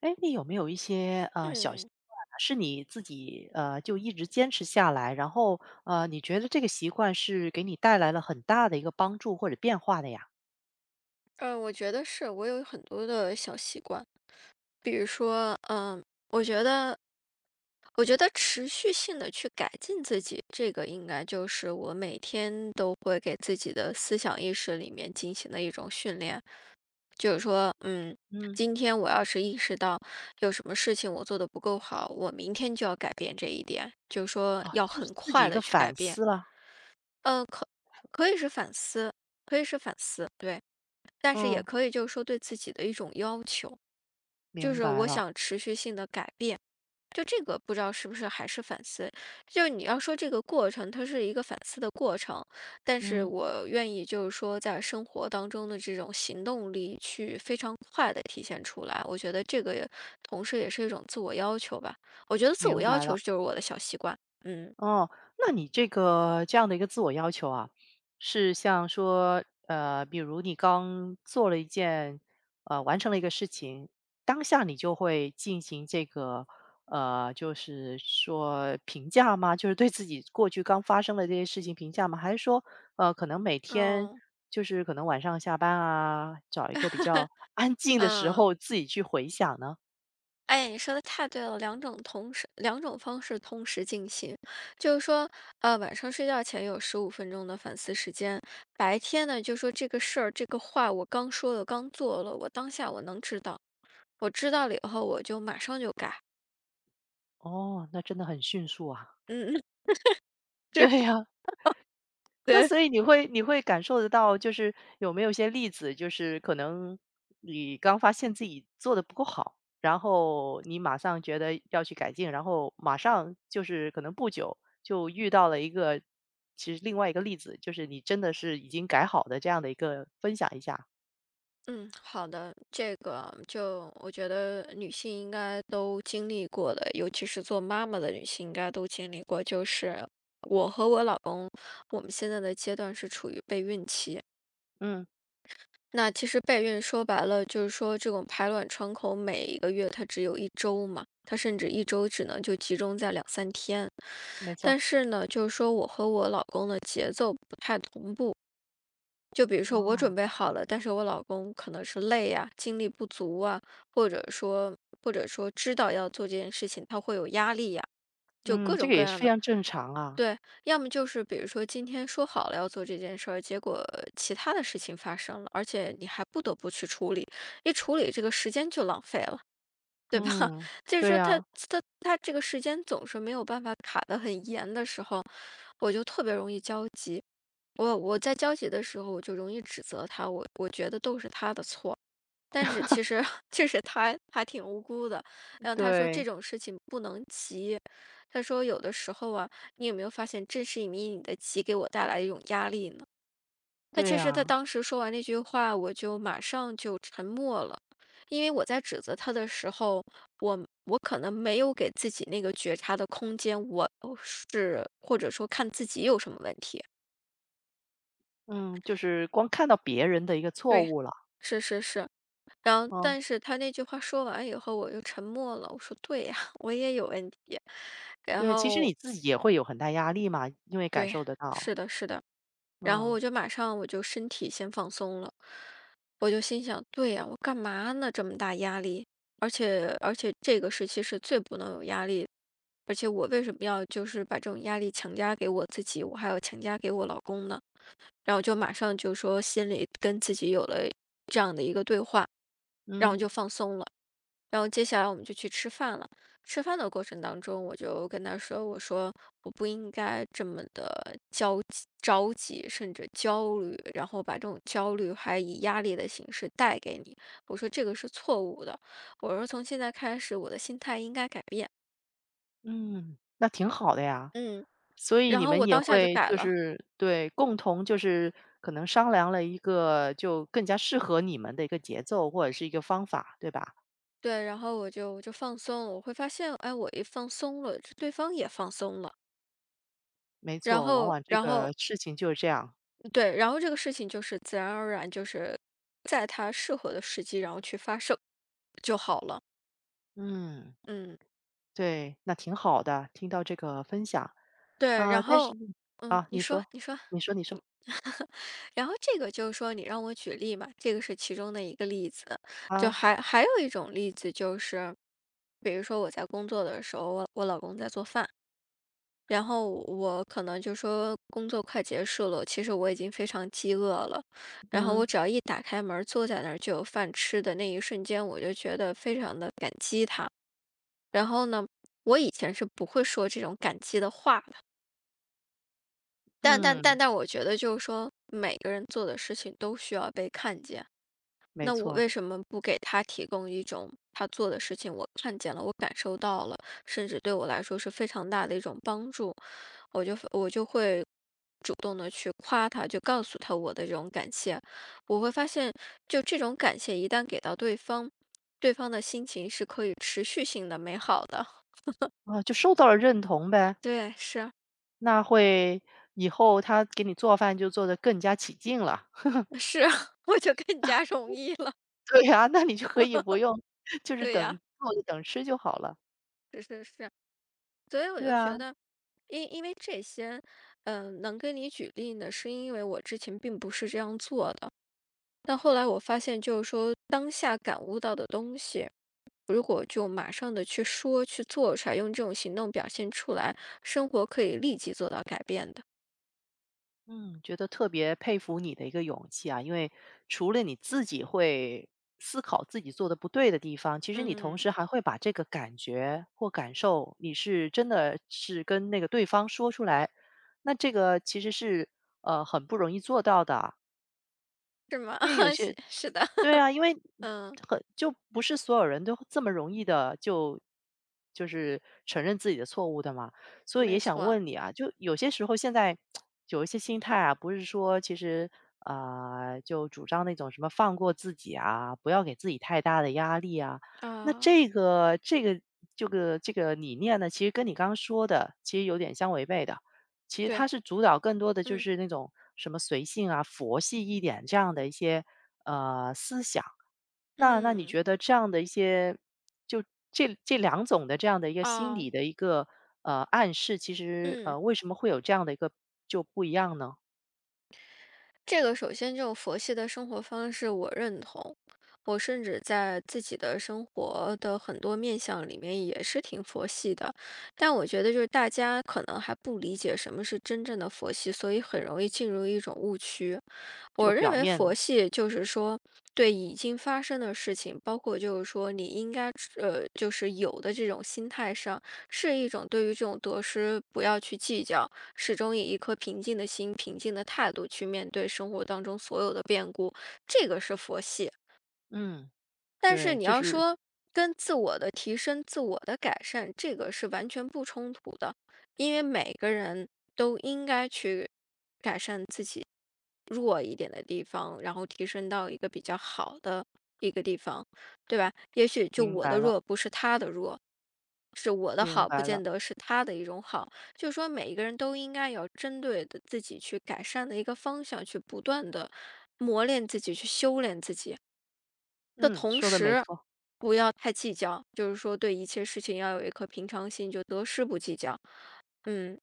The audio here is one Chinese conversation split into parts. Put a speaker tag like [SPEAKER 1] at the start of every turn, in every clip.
[SPEAKER 1] 哎，你有没有一些小习
[SPEAKER 2] 嗯。
[SPEAKER 1] 惯啊是你自己就一直坚持下来，然后你觉得这个习惯是给你带来了很大的一个帮助或者变化的呀？
[SPEAKER 2] 我觉得是，我有很多的小习惯，比如说，我觉得，我觉得持续性的去改进自己，这个应该就是我每天都会给自己的思想意识里面进行的一种训练，就是说，
[SPEAKER 1] 嗯，
[SPEAKER 2] 今天我要是意识到有什么事情我做的不够好，我明天就要改变这一点，就是说
[SPEAKER 1] 啊，
[SPEAKER 2] 要
[SPEAKER 1] 就是
[SPEAKER 2] 很
[SPEAKER 1] 自己
[SPEAKER 2] 快
[SPEAKER 1] 一
[SPEAKER 2] 的
[SPEAKER 1] 个
[SPEAKER 2] 去改
[SPEAKER 1] 反
[SPEAKER 2] 变，
[SPEAKER 1] 思了。
[SPEAKER 2] 呃，可可以是反思，可以是反思，对。但是也
[SPEAKER 1] 嗯，
[SPEAKER 2] 可以就是说对自己的一种要求，就
[SPEAKER 1] 明
[SPEAKER 2] 是
[SPEAKER 1] 白
[SPEAKER 2] 我
[SPEAKER 1] 了。
[SPEAKER 2] 想持续性的改变。就这个不知道是不是还是反思，就是你要说这个过程，它是一个反思的过程，但是
[SPEAKER 1] 嗯，
[SPEAKER 2] 我愿意就是说在生活当中的这种行动力去非常快的体现出来，我觉得这个也同时也是一种自我要求吧。我觉得自我
[SPEAKER 1] 明
[SPEAKER 2] 要
[SPEAKER 1] 白
[SPEAKER 2] 求
[SPEAKER 1] 了。
[SPEAKER 2] 就是我的小习惯，嗯，
[SPEAKER 1] 哦，那你这个这样的一个自我要求啊，是像说，比如你刚做了一件，完成了一个事情，当下你就会进行这个，就是说评价吗？就是对自己过去刚发生的这些事情评价吗？还是说，可能每天
[SPEAKER 2] 哦，
[SPEAKER 1] 就是可能晚上下班啊，找一个比较安 静的时
[SPEAKER 2] 嗯。
[SPEAKER 1] 候自己去回想呢？
[SPEAKER 2] 哎，你说的太对了，两种方式同时进行，就是说，晚上睡觉前有15分钟的反思时间，白天呢，就说这个事儿、这个话我刚说了、刚做了，我当下我能知道，我知道了以后我就马上就改，
[SPEAKER 1] 哦，那真的很迅速啊。
[SPEAKER 2] 嗯，这
[SPEAKER 1] 对
[SPEAKER 2] 样
[SPEAKER 1] 呀、那
[SPEAKER 2] 对，
[SPEAKER 1] 所以你会感受得到，就是有没有一些例子，就是可能你刚发现自己做的不够好，然后你马上觉得要去改进，然后马上就是可能不久就遇到了一个，其实另外一个例子，就是你真的是已经改好的这样的一个分享一下。
[SPEAKER 2] 嗯，好的，这个就我觉得女性应该都经历过的，尤其是做妈妈的女性应该都经历过，就是我和我老公，我们现在的阶段是处于备孕期。
[SPEAKER 1] 嗯，
[SPEAKER 2] 那其实备孕说白了就是说，这种排卵窗口每一个月它只有一周嘛，它甚至一周只能就集中在两三天。
[SPEAKER 1] 没错。
[SPEAKER 2] 但是呢，就是说我和我老公的节奏不太同步，就比如说我
[SPEAKER 1] 哦，
[SPEAKER 2] 准备好了，但是我老公可能是累呀、精力不足啊，或者说或者说知道要做这件事情，他会有压力呀、就
[SPEAKER 1] 嗯，
[SPEAKER 2] 各
[SPEAKER 1] 这
[SPEAKER 2] 种
[SPEAKER 1] 个
[SPEAKER 2] 各
[SPEAKER 1] 也是
[SPEAKER 2] 样
[SPEAKER 1] 非
[SPEAKER 2] 的。
[SPEAKER 1] 常正常啊。
[SPEAKER 2] 对，要么就是比如说今天说好了要做这件事儿，结果其他的事情发生了，而且你还不得不去处理，一处理这个时间就浪费了，对吧？
[SPEAKER 1] 嗯，
[SPEAKER 2] 就是
[SPEAKER 1] 对
[SPEAKER 2] 说他
[SPEAKER 1] 呀，
[SPEAKER 2] 他他这个时间总是没有办法卡得很严的时候，我就特别容易焦急。我在焦急的时候，我就容易指责他，我觉得都是他的错。但是其实 其实他还挺无辜的，然后他说这
[SPEAKER 1] 对，
[SPEAKER 2] 种事情不能急，他说有的时候啊，你有没有发现正是因为你的急给我带来一种压力呢？那
[SPEAKER 1] 对
[SPEAKER 2] 其实他
[SPEAKER 1] 呀，
[SPEAKER 2] 当时说完那句话，我就马上就沉默了，因为我在指责他的时候，我我可能没有给自己那个觉察的空间，或者说看自己有什么问题，
[SPEAKER 1] 嗯，就是光看到别人的一个错
[SPEAKER 2] 对，
[SPEAKER 1] 误了。
[SPEAKER 2] 是是是。然后，
[SPEAKER 1] 嗯。
[SPEAKER 2] 但是他那句话说完以后，我又沉默了。我说：“对呀，我也有问题。”然
[SPEAKER 1] 对，其实
[SPEAKER 2] 后，
[SPEAKER 1] 你自己也会有很大压力嘛，因为感
[SPEAKER 2] 对，
[SPEAKER 1] 受得到。
[SPEAKER 2] 是的，是的。然后
[SPEAKER 1] 嗯，
[SPEAKER 2] 我就马上我就身体先放松了，我就心想：“对呀，我干嘛呢？这么大压力，而且这个时期是最不能有压力的，而且我为什么要就是把这种压力强加给我自己，我还要强加给我老公呢？”然后就马上就说心里跟自己有了这样的一个对话，然后
[SPEAKER 1] 嗯，
[SPEAKER 2] 就放松了。然后接下来我们就去吃饭了。吃饭的过程当中，我就跟他说：“我说我不应该这么的焦急、着急，甚至焦虑，然后把这种焦虑还以压力的形式带给你。我说这个是错误的。我说从现在开始，我的心态应该改变。
[SPEAKER 1] 嗯，那挺好的呀。
[SPEAKER 2] 嗯，
[SPEAKER 1] 所以
[SPEAKER 2] 然
[SPEAKER 1] 你
[SPEAKER 2] 后
[SPEAKER 1] 们
[SPEAKER 2] 我
[SPEAKER 1] 也
[SPEAKER 2] 当下就
[SPEAKER 1] 会
[SPEAKER 2] 改
[SPEAKER 1] 就
[SPEAKER 2] 了。”
[SPEAKER 1] 是对，共同就是可能商量了一个就更加适合你们的一个节奏或者是一个方法，对吧？
[SPEAKER 2] 对，然后我就放松了，我会发现，哎，我一放松了，这对方也放松了，
[SPEAKER 1] 没
[SPEAKER 2] 然
[SPEAKER 1] 错，往
[SPEAKER 2] 后，
[SPEAKER 1] 往这
[SPEAKER 2] 然
[SPEAKER 1] 个
[SPEAKER 2] 后
[SPEAKER 1] 事情就是这样。
[SPEAKER 2] 对，然后这个事情就是自然而然，就是在它适合的时机，然后去发生就好了。
[SPEAKER 1] 嗯，
[SPEAKER 2] 嗯，
[SPEAKER 1] 对，那挺好的，听到这个分享。
[SPEAKER 2] 对，
[SPEAKER 1] 啊，
[SPEAKER 2] 然
[SPEAKER 1] 但是
[SPEAKER 2] 后，嗯，
[SPEAKER 1] 啊，
[SPEAKER 2] 你
[SPEAKER 1] 你
[SPEAKER 2] 说，
[SPEAKER 1] 说，
[SPEAKER 2] 你说，
[SPEAKER 1] 你说，你说。
[SPEAKER 2] 然后这个就是说，你让我举例嘛，这个是其中的一个例子。就
[SPEAKER 1] 啊，
[SPEAKER 2] 还有一种例子就是，比如说我在工作的时候，我老公在做饭。然后我可能就说工作快结束了，其实我已经非常饥饿了。然后我
[SPEAKER 1] 嗯，
[SPEAKER 2] 只要一打开门儿，坐在那儿就有饭吃的那一瞬间，我就觉得非常的感激他。然后呢，我以前是不会说这种感激的话的，但但但
[SPEAKER 1] 嗯，
[SPEAKER 2] 但我觉得就是说，每个人做的事情都需要被看见。
[SPEAKER 1] 没
[SPEAKER 2] 那我
[SPEAKER 1] 错。
[SPEAKER 2] 为什么不给他提供一种他做的事情我看见了，我感受到了，甚至对我来说是非常大的一种帮助？我就会主动的去夸他，就告诉他我的这种感谢。我会发现，就这种感谢一旦给到对方，对方的心情是可以持续性的美好的。
[SPEAKER 1] 啊，就受到了认同呗。
[SPEAKER 2] 对，是
[SPEAKER 1] 那会以后他给你做饭就做得更加起劲了。
[SPEAKER 2] 是啊，我就更加容易了。
[SPEAKER 1] 对呀，那你就可以不用就是
[SPEAKER 2] 对
[SPEAKER 1] 等
[SPEAKER 2] 呀、
[SPEAKER 1] 做着等吃就好了。
[SPEAKER 2] 是是是，所以我
[SPEAKER 1] 对
[SPEAKER 2] 就
[SPEAKER 1] 啊，
[SPEAKER 2] 觉得。因为这些，能跟你举例呢，是因为我之前并不是这样做的。但后来我发现，就是说当下感悟到的东西，就马上的去说去做出来，用这种行动表现出来，生活可以立即做到改变的。
[SPEAKER 1] 嗯，觉得特别佩服你的一个勇气啊，因为除了你自己会思考自己做的不对的地方，其实你
[SPEAKER 2] 嗯，
[SPEAKER 1] 同时还会把这个感觉或感受，你是真的是跟那个对方说出来，那这个其实是，很不容易做到的啊
[SPEAKER 2] 是吗？
[SPEAKER 1] 因为有
[SPEAKER 2] 是
[SPEAKER 1] 些
[SPEAKER 2] 是的，
[SPEAKER 1] 对啊，因为
[SPEAKER 2] 嗯，
[SPEAKER 1] 很就不是所有人都这么容易的就就是承认自己的错误的嘛。所以也
[SPEAKER 2] 没
[SPEAKER 1] 想
[SPEAKER 2] 错
[SPEAKER 1] 问你啊，就有些时候现在有一些心态啊，不是说其实就主张那种什么放过自己啊，不要给自己太大的压力啊。那
[SPEAKER 2] 啊，
[SPEAKER 1] 这个理念呢，其实跟你刚刚说的其实有点相违背的。其实它
[SPEAKER 2] 对，
[SPEAKER 1] 是主导更多的就
[SPEAKER 2] 嗯
[SPEAKER 1] 是那种什么随性啊、佛系一点这样的一些。那那你
[SPEAKER 2] 嗯
[SPEAKER 1] 觉得这样的一些，就这这两种的这样的一个心
[SPEAKER 2] 啊
[SPEAKER 1] 理的一个暗示，其实
[SPEAKER 2] 嗯，
[SPEAKER 1] 为什么会有这样的一个就不一样呢？
[SPEAKER 2] 这个首先这种佛系的生活方式我认同，我甚至在自己的生活的很多面相里面也是挺佛系的，但我觉得就是大家可能还不理解什么是真正的佛系，所以很容易进入一种误区。
[SPEAKER 1] 就
[SPEAKER 2] 我认
[SPEAKER 1] 表
[SPEAKER 2] 为
[SPEAKER 1] 面了，
[SPEAKER 2] 佛系就是说，对已经发生的事情，包括就是说你应该就是有的这种心态上，是一种对于这种得失不要去计较，始终以一颗平静的心、平静的态度去面对生活当中所有的变故，这个是佛系。
[SPEAKER 1] 嗯，
[SPEAKER 2] 但是
[SPEAKER 1] 对，
[SPEAKER 2] 你
[SPEAKER 1] 就
[SPEAKER 2] 要
[SPEAKER 1] 是
[SPEAKER 2] 说跟自我的提升、自我的改善，这个是完全不冲突的，因为每个人，都应该去弱一点的地方，然后提升到一个比较好的一个地方，对吧？也许就
[SPEAKER 1] 明
[SPEAKER 2] 我
[SPEAKER 1] 白
[SPEAKER 2] 的
[SPEAKER 1] 了，
[SPEAKER 2] 弱不是他的弱，是我的
[SPEAKER 1] 明
[SPEAKER 2] 好不
[SPEAKER 1] 白
[SPEAKER 2] 见
[SPEAKER 1] 了，
[SPEAKER 2] 得是他的一种好。就是说，每一个人都应该有针对的自己去改善的一个方向，去不断的磨练自己，去修炼自己的
[SPEAKER 1] 嗯，
[SPEAKER 2] 同
[SPEAKER 1] 说的没
[SPEAKER 2] 时，
[SPEAKER 1] 错。
[SPEAKER 2] 不要太计较，就是说对一切事情要有一颗平常心，就得失不计较，嗯，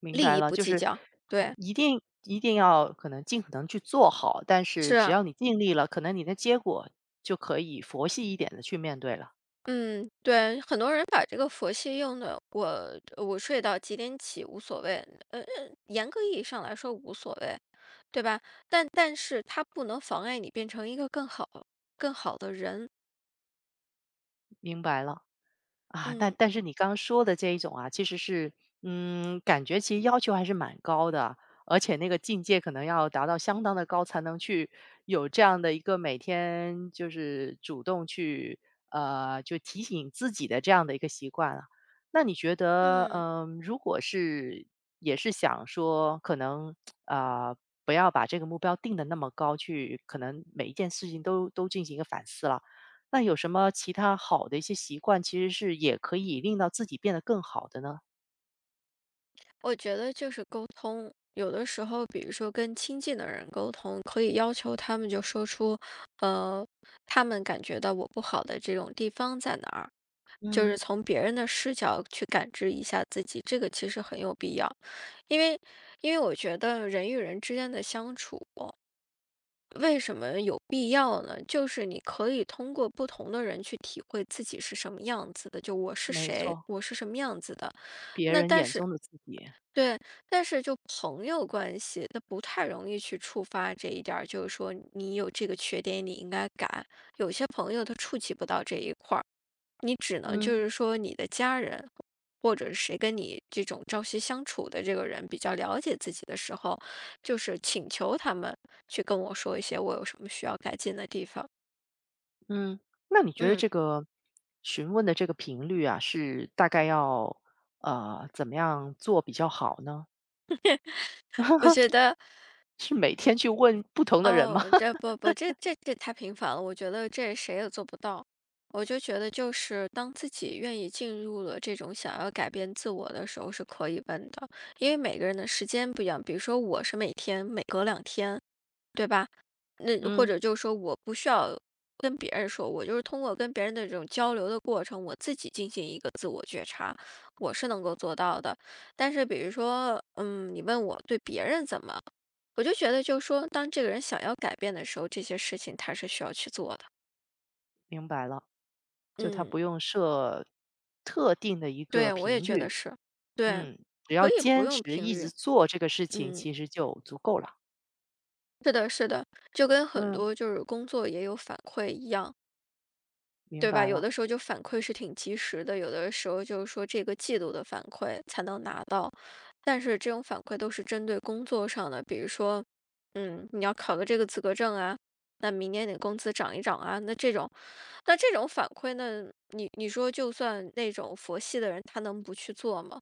[SPEAKER 1] 明白
[SPEAKER 2] 利益
[SPEAKER 1] 了，
[SPEAKER 2] 不
[SPEAKER 1] 就
[SPEAKER 2] 计
[SPEAKER 1] 是
[SPEAKER 2] 较，对。
[SPEAKER 1] 一定要可能尽可能去做好，但是只要你尽力了，可能你的结果就可以佛系一点的去面对了。
[SPEAKER 2] 嗯，对，很多人把这个佛系用的，我睡到几点起无所谓，呃，呃严格意义上来说无所谓，对吧？但是它不能妨碍你变成一个更好的人。
[SPEAKER 1] 明白了。啊，但
[SPEAKER 2] 嗯
[SPEAKER 1] 但是你刚刚说的这一种啊，其实是，嗯，感觉其实要求还是蛮高的，而且那个境界可能要达到相当的高，才能去有这样的一个每天就是主动去，就提醒自己的这样的一个习惯了。那你觉得，
[SPEAKER 2] 嗯，
[SPEAKER 1] 嗯，如果是也是想说，可能啊、呃不要把这个目标定的那么高，去可能每一件事情都进行一个反思了。那有什么其他好的一些习惯，其实是也可以令到自己变得更好的呢？
[SPEAKER 2] 我觉得就是沟通，有的时候，比如说跟亲近的人沟通，可以要求他们就说出，呃，他们感觉到我不好的这种地方在哪儿。就
[SPEAKER 1] 嗯。
[SPEAKER 2] 是从别人的视角去感知一下自己，这个其实很有必要。因为因为我觉得人与人之间的相处，为什么有必要呢？就是你可以通过不同的人去体会自己是什么样子的，就我是
[SPEAKER 1] 没
[SPEAKER 2] 谁，
[SPEAKER 1] 错，
[SPEAKER 2] 我是什么样子的。
[SPEAKER 1] 别
[SPEAKER 2] 那
[SPEAKER 1] 人
[SPEAKER 2] 但
[SPEAKER 1] 眼
[SPEAKER 2] 是
[SPEAKER 1] 中的自己。
[SPEAKER 2] 对，但是就朋友关系，那不太容易去触发这一点儿，就是说你有这个缺点，你应该改。有些朋友他触及不到这一块儿。你只能
[SPEAKER 1] 嗯，
[SPEAKER 2] 就是说你的家人，或者是谁跟你这种朝夕相处的这个人比较了解自己的时候，就是请求他们去跟我说一些我有什么需要改进的地方。
[SPEAKER 1] 嗯。那你觉得
[SPEAKER 2] 嗯，
[SPEAKER 1] 这个询问的这个频率啊，是大概要，怎么样做比较好呢？
[SPEAKER 2] 我觉得，
[SPEAKER 1] 是每天去问不同的人吗？
[SPEAKER 2] 哦，这 不不，这太频繁了，我觉得这谁也做不到。我就觉得，就是当自己愿意进入了这种想要改变自我的时候，是可以问的，因为每个人的时间不一样。比如说，我是每天每隔两天，对。那或
[SPEAKER 1] 嗯。
[SPEAKER 2] 者就是说我不需要跟别人说，我就是通过跟别人的这种交流的过程，我自己进行一个自我觉察，我是能够做到的。但是比如说，嗯，你问我对别人怎么，我就觉得就是说，当这个人想要改变的时候，这些事情他是需要去做的。
[SPEAKER 1] 明白了，就他
[SPEAKER 2] 嗯，
[SPEAKER 1] 不用设特定的一个
[SPEAKER 2] 对，我也
[SPEAKER 1] 频
[SPEAKER 2] 觉得
[SPEAKER 1] 率，
[SPEAKER 2] 是，对，
[SPEAKER 1] 嗯，只
[SPEAKER 2] 可
[SPEAKER 1] 要
[SPEAKER 2] 以不
[SPEAKER 1] 坚
[SPEAKER 2] 用
[SPEAKER 1] 持
[SPEAKER 2] 频
[SPEAKER 1] 一
[SPEAKER 2] 率。
[SPEAKER 1] 直做这个事情，
[SPEAKER 2] 嗯，
[SPEAKER 1] 其实就足够了。
[SPEAKER 2] 是的，是的，就跟很
[SPEAKER 1] 嗯。
[SPEAKER 2] 多就是工作也有反馈一样。
[SPEAKER 1] 明
[SPEAKER 2] 对吧？
[SPEAKER 1] 白
[SPEAKER 2] 有
[SPEAKER 1] 了。
[SPEAKER 2] 的时候就反馈是挺及时的，有的时候就是说这个季度的反馈才能拿到，但是这种反馈都是针对工作上的，比如说，嗯，你要考个这个资格证啊，那明年你工资涨一涨啊，那这种，那这种反馈呢，你你说就算那种佛系的人，他能不去做吗？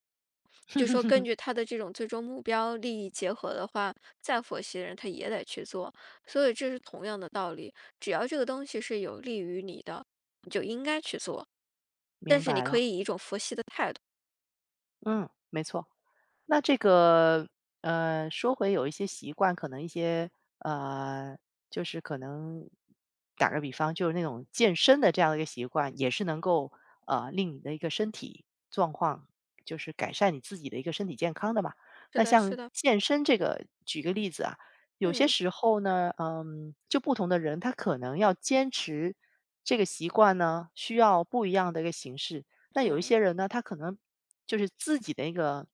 [SPEAKER 2] 就说根据他的这种最终目标利益结合的话，再佛系的人他也得去做，所以这是同样的道理。只要这个东西是有利于你的，你就应该去做，但
[SPEAKER 1] 明
[SPEAKER 2] 是你
[SPEAKER 1] 白
[SPEAKER 2] 可
[SPEAKER 1] 了，
[SPEAKER 2] 以以一种佛系的态度。
[SPEAKER 1] 嗯，没错。那这个，说回有一些习惯，可能一些，呃，就是可能打个比方，就是那种健身的这样的一个习惯，也是能够令你的一个身体状况，就是改善你自己的一个身体健康的嘛。
[SPEAKER 2] 是
[SPEAKER 1] 那
[SPEAKER 2] 的，是
[SPEAKER 1] 像
[SPEAKER 2] 的，
[SPEAKER 1] 健身这个，举个例子啊，有些
[SPEAKER 2] 嗯
[SPEAKER 1] 时候呢，嗯，就不同的人他可能要坚持这个习惯呢，需要不一样的一个形式。那有一
[SPEAKER 2] 嗯，
[SPEAKER 1] 些人呢，他可能就是自己的一个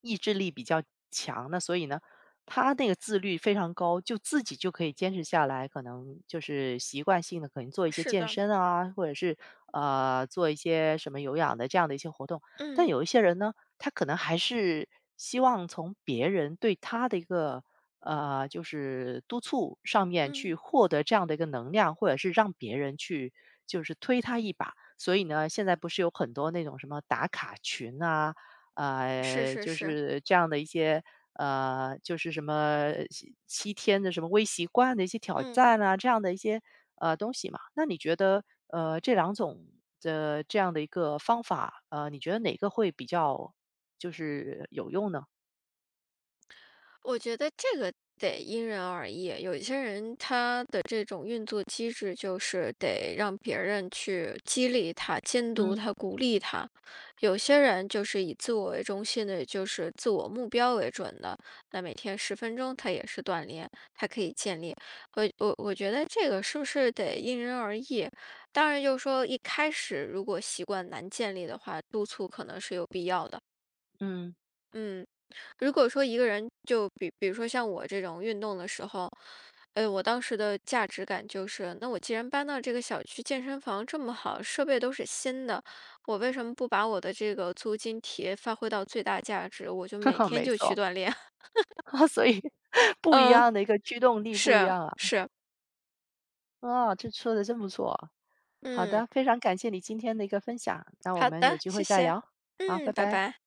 [SPEAKER 1] 意志力比较强，那所以呢，他那个自律非常高，就自己就可以坚持下来，可能就是习惯性的可能做一些
[SPEAKER 2] 是
[SPEAKER 1] 健
[SPEAKER 2] 的，
[SPEAKER 1] 身啊，或者是做一些什么有氧的这样的一些活动。但
[SPEAKER 2] 嗯
[SPEAKER 1] 有一些人呢，他可能还是希望从别人对他的一个就是督促上面去
[SPEAKER 2] 嗯，
[SPEAKER 1] 获得这样的一个能量，或者是让别人去就是推他一把。所以呢，现在不是有很多那种什么打卡群啊，
[SPEAKER 2] 是是
[SPEAKER 1] 就
[SPEAKER 2] 是，
[SPEAKER 1] 是这样的一些就是什么七七天的什么微习惯的一些挑
[SPEAKER 2] 嗯。
[SPEAKER 1] 战啊，这样的一些东西嘛。那你觉得这两种的这样的一个方法，你觉得哪个会比较就是有用呢？
[SPEAKER 2] 我觉得这个得因人而异，有些人他的这种运作机制就是得让别人去激励他、监督
[SPEAKER 1] 嗯
[SPEAKER 2] 他、鼓励他；有些人就是以自我为中心的，就是自我目标为准的，那每天10分钟他也是锻炼，他可以建立。我觉得这个是不是得因人而异？当然，就是说一开始如果习惯难建立的话，督促可能是有必要的。
[SPEAKER 1] 嗯，
[SPEAKER 2] 嗯，如果说一个人就比如说像我这种运动的时候，我当时的价值感就是，那我既然搬到这个小区健身房这么好，设备都是新的，我为什么不把我的这个租金体发挥到最大价值？我就每 天
[SPEAKER 1] 没
[SPEAKER 2] 就去
[SPEAKER 1] 错，
[SPEAKER 2] 锻炼。
[SPEAKER 1] 所以 不一
[SPEAKER 2] 嗯，
[SPEAKER 1] 样的一个驱动力不一
[SPEAKER 2] 是
[SPEAKER 1] 样啊。
[SPEAKER 2] 是，
[SPEAKER 1] 啊，这说的真不错。好
[SPEAKER 2] 嗯，
[SPEAKER 1] 的，非常感谢你今天的一个分享，那我
[SPEAKER 2] 好
[SPEAKER 1] 们有
[SPEAKER 2] 的，
[SPEAKER 1] 机
[SPEAKER 2] 谢
[SPEAKER 1] 会再
[SPEAKER 2] 谢，
[SPEAKER 1] 聊。好，拜
[SPEAKER 2] 嗯，拜
[SPEAKER 1] 拜。
[SPEAKER 2] 拜。